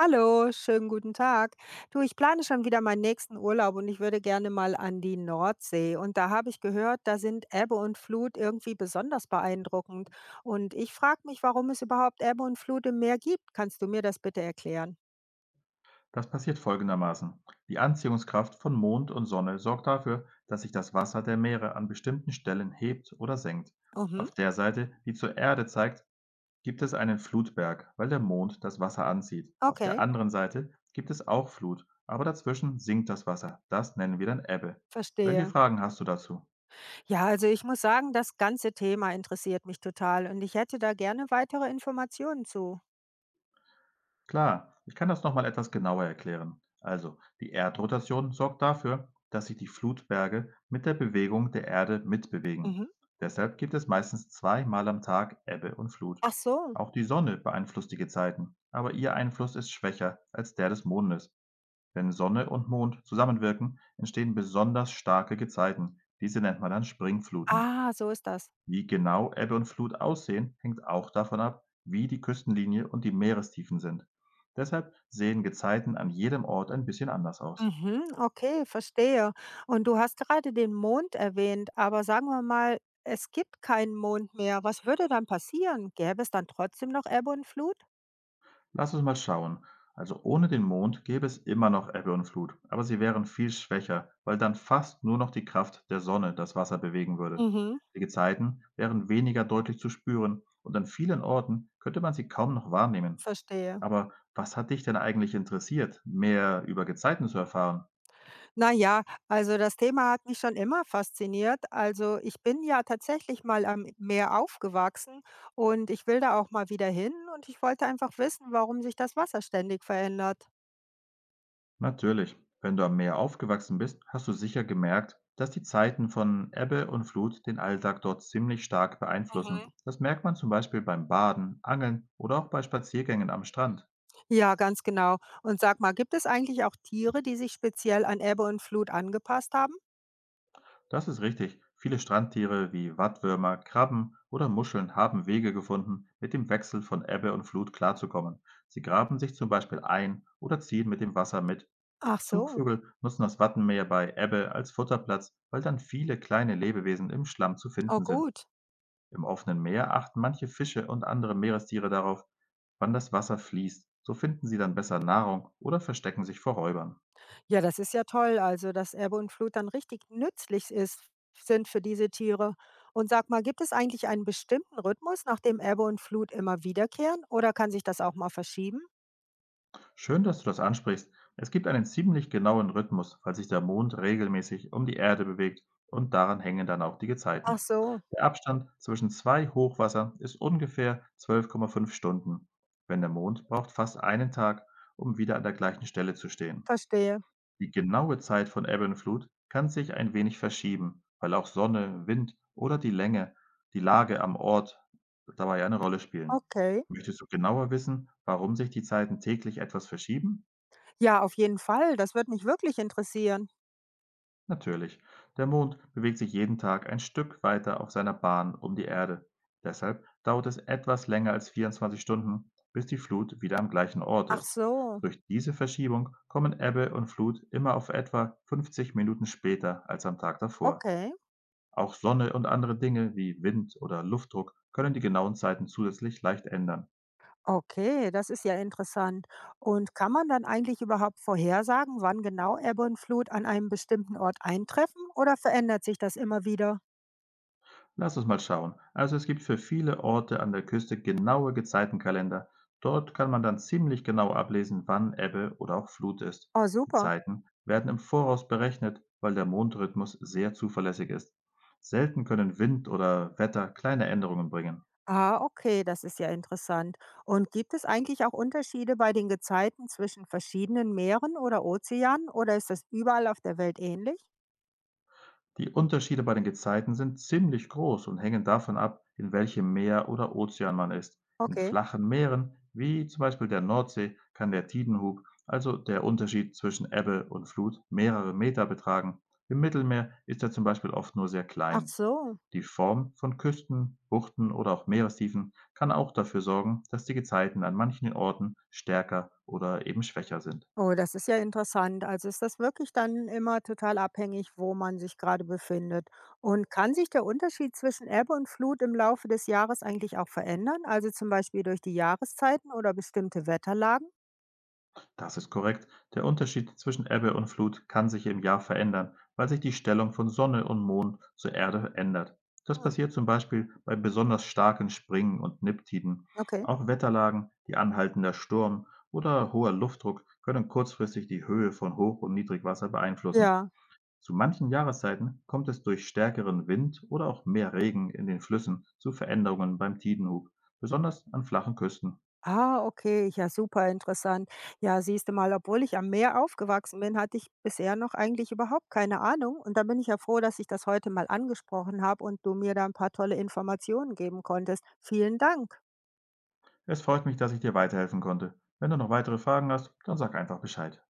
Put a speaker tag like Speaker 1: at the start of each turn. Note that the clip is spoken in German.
Speaker 1: Hallo, schönen guten Tag. Du, ich plane schon wieder meinen nächsten Urlaub und ich würde gerne mal an die Nordsee. Und da habe ich gehört, da sind Ebbe und Flut irgendwie besonders beeindruckend. Und ich frage mich, warum es überhaupt Ebbe und Flut im Meer gibt. Kannst du mir das bitte erklären?
Speaker 2: Das passiert folgendermaßen: Die Anziehungskraft von Mond und Sonne sorgt dafür, dass sich das Wasser der Meere an bestimmten Stellen hebt oder senkt.
Speaker 1: Mhm.
Speaker 2: Auf der Seite, die zur Erde zeigt, gibt es einen Flutberg, weil der Mond das Wasser anzieht. Auf der
Speaker 1: Okay.
Speaker 2: anderen Seite gibt es auch Flut, aber dazwischen sinkt das Wasser. Das nennen wir dann Ebbe. Welche
Speaker 1: Verstehe.
Speaker 2: Fragen hast du dazu?
Speaker 1: Ja, also ich muss sagen, das ganze Thema interessiert mich total und ich hätte da gerne weitere Informationen zu.
Speaker 2: Klar, ich kann das nochmal etwas genauer erklären. Also, die Erdrotation sorgt dafür, dass sich die Flutberge mit der Bewegung der Erde mitbewegen.
Speaker 1: Mhm.
Speaker 2: Deshalb gibt es meistens zweimal am Tag Ebbe und Flut.
Speaker 1: Ach so.
Speaker 2: Auch die Sonne beeinflusst die Gezeiten, aber ihr Einfluss ist schwächer als der des Mondes. Wenn Sonne und Mond zusammenwirken, entstehen besonders starke Gezeiten. Diese nennt man dann Springfluten.
Speaker 1: Ah, so ist das.
Speaker 2: Wie genau Ebbe und Flut aussehen, hängt auch davon ab, wie die Küstenlinie und die Meerestiefen sind. Deshalb sehen Gezeiten an jedem Ort ein bisschen anders aus.
Speaker 1: Mhm, okay, verstehe. Und du hast gerade den Mond erwähnt, aber sagen wir mal, es gibt keinen Mond mehr. Was würde dann passieren? Gäbe es dann trotzdem noch Ebbe und Flut?
Speaker 2: Lass uns mal schauen. Also ohne den Mond gäbe es immer noch Ebbe und Flut, aber sie wären viel schwächer, weil dann fast nur noch die Kraft der Sonne das Wasser bewegen würde.
Speaker 1: Mhm,
Speaker 2: Die Gezeiten wären weniger deutlich zu spüren und an vielen Orten könnte man sie kaum noch wahrnehmen.
Speaker 1: verstehe.
Speaker 2: Aber was hat dich denn eigentlich interessiert, mehr über Gezeiten zu erfahren?
Speaker 1: Naja, also das Thema hat mich schon immer fasziniert. Also ich bin ja tatsächlich mal am Meer aufgewachsen und ich will da auch mal wieder hin und ich wollte einfach wissen, warum sich das Wasser ständig verändert.
Speaker 2: Natürlich. Wenn du am Meer aufgewachsen bist, hast du sicher gemerkt, dass die Zeiten von Ebbe und Flut den Alltag dort ziemlich stark beeinflussen.
Speaker 1: Mhm.
Speaker 2: Das merkt man zum Beispiel beim Baden, Angeln oder auch bei Spaziergängen am Strand.
Speaker 1: Ja, ganz genau. Und sag mal, gibt es eigentlich auch Tiere, die sich speziell an Ebbe und Flut angepasst haben?
Speaker 2: Das ist richtig. Viele Strandtiere wie Wattwürmer, Krabben oder Muscheln haben Wege gefunden, mit dem Wechsel von Ebbe und Flut klarzukommen. Sie graben sich zum Beispiel ein oder ziehen mit dem Wasser mit.
Speaker 1: Ach so.
Speaker 2: Zugvögel nutzen das Wattenmeer bei Ebbe als Futterplatz, weil dann viele kleine Lebewesen im Schlamm zu
Speaker 1: Oh
Speaker 2: finden sind.
Speaker 1: gut.
Speaker 2: Im offenen Meer achten manche Fische und andere Meerestiere darauf, wann das Wasser fließt. So finden sie dann besser Nahrung oder verstecken sich vor Räubern.
Speaker 1: Ja, das ist ja toll. Also, dass Ebbe und Flut dann richtig nützlich ist, sind für diese Tiere. Und sag mal, gibt es eigentlich einen bestimmten Rhythmus, nach dem Ebbe und Flut immer wiederkehren? Oder kann sich das auch mal verschieben?
Speaker 2: Schön, dass du das ansprichst. Es gibt einen ziemlich genauen Rhythmus, weil sich der Mond regelmäßig um die Erde bewegt und daran hängen dann auch die
Speaker 1: Ach
Speaker 2: Gezeiten.
Speaker 1: so,
Speaker 2: Der Abstand zwischen zwei Hochwasser ist ungefähr 12,5 Stunden, wenn der Mond braucht fast einen Tag, um wieder an der gleichen Stelle zu stehen.
Speaker 1: verstehe.
Speaker 2: Die genaue Zeit von Ebbe und Flut kann sich ein wenig verschieben, weil auch Sonne, Wind oder die Länge die Lage am Ort dabei eine Rolle spielen.
Speaker 1: Okay.
Speaker 2: Möchtest du genauer wissen, warum sich die Zeiten täglich etwas verschieben?
Speaker 1: Ja, auf jeden Fall. Das wird mich wirklich interessieren.
Speaker 2: Natürlich. Der Mond bewegt sich jeden Tag ein Stück weiter auf seiner Bahn um die Erde. Deshalb dauert es etwas länger als 24 Stunden, bis die Flut wieder am gleichen Ort
Speaker 1: Ach
Speaker 2: ist.
Speaker 1: so.
Speaker 2: Durch diese Verschiebung kommen Ebbe und Flut immer auf etwa 50 Minuten später als am Tag davor.
Speaker 1: Okay.
Speaker 2: Auch Sonne und andere Dinge wie Wind oder Luftdruck können die genauen Zeiten zusätzlich leicht ändern.
Speaker 1: Okay, das ist ja interessant. Und kann man dann eigentlich überhaupt vorhersagen, wann genau Ebbe und Flut an einem bestimmten Ort eintreffen oder verändert sich das immer wieder?
Speaker 2: Lass uns mal schauen. Also es gibt für viele Orte an der Küste genaue Gezeitenkalender. Dort kann man dann ziemlich genau ablesen, wann Ebbe oder auch Flut ist.
Speaker 1: Oh,
Speaker 2: Die
Speaker 1: super.
Speaker 2: Zeiten werden im Voraus berechnet, weil der Mondrhythmus sehr zuverlässig ist. Selten können Wind oder Wetter kleine Änderungen bringen.
Speaker 1: Ah, okay, das ist ja interessant. Und gibt es eigentlich auch Unterschiede bei den Gezeiten zwischen verschiedenen Meeren oder Ozeanen oder ist das überall auf der Welt ähnlich?
Speaker 2: Die Unterschiede bei den Gezeiten sind ziemlich groß und hängen davon ab, in welchem Meer oder Ozean man ist. In
Speaker 1: Okay.
Speaker 2: flachen Meeren, wie zum Beispiel der Nordsee, kann der Tidenhub, also der Unterschied zwischen Ebbe und Flut, mehrere Meter betragen. Im Mittelmeer ist er zum Beispiel oft nur sehr
Speaker 1: Ach
Speaker 2: klein.
Speaker 1: so.
Speaker 2: Die Form von Küsten, Buchten oder auch Meerestiefen kann auch dafür sorgen, dass die Gezeiten an manchen Orten stärker oder eben schwächer sind.
Speaker 1: Oh, das ist ja interessant. Also ist das wirklich dann immer total abhängig, wo man sich gerade befindet? Und kann sich der Unterschied zwischen Ebbe und Flut im Laufe des Jahres eigentlich auch verändern? Also zum Beispiel durch die Jahreszeiten oder bestimmte Wetterlagen?
Speaker 2: Das ist korrekt. Der Unterschied zwischen Ebbe und Flut kann sich im Jahr verändern, weil sich die Stellung von Sonne und Mond zur Erde ändert. Das
Speaker 1: Hm,
Speaker 2: passiert zum Beispiel bei besonders starken Springen und Niptiden.
Speaker 1: okay.
Speaker 2: Auch Wetterlagen wie anhaltender Sturm oder hoher Luftdruck können kurzfristig die Höhe von Hoch- und Niedrigwasser beeinflussen.
Speaker 1: Ja.
Speaker 2: Zu manchen Jahreszeiten kommt es durch stärkeren Wind oder auch mehr Regen in den Flüssen zu Veränderungen beim Tidenhub, besonders an flachen Küsten.
Speaker 1: Ah, okay. Ja, super interessant. Ja, siehst du mal, obwohl ich am Meer aufgewachsen bin, hatte ich bisher noch eigentlich überhaupt keine Ahnung. Und da bin ich ja froh, dass ich das heute mal angesprochen habe und du mir da ein paar tolle Informationen geben konntest. Vielen Dank.
Speaker 2: Es freut mich, dass ich dir weiterhelfen konnte. Wenn du noch weitere Fragen hast, dann sag einfach Bescheid.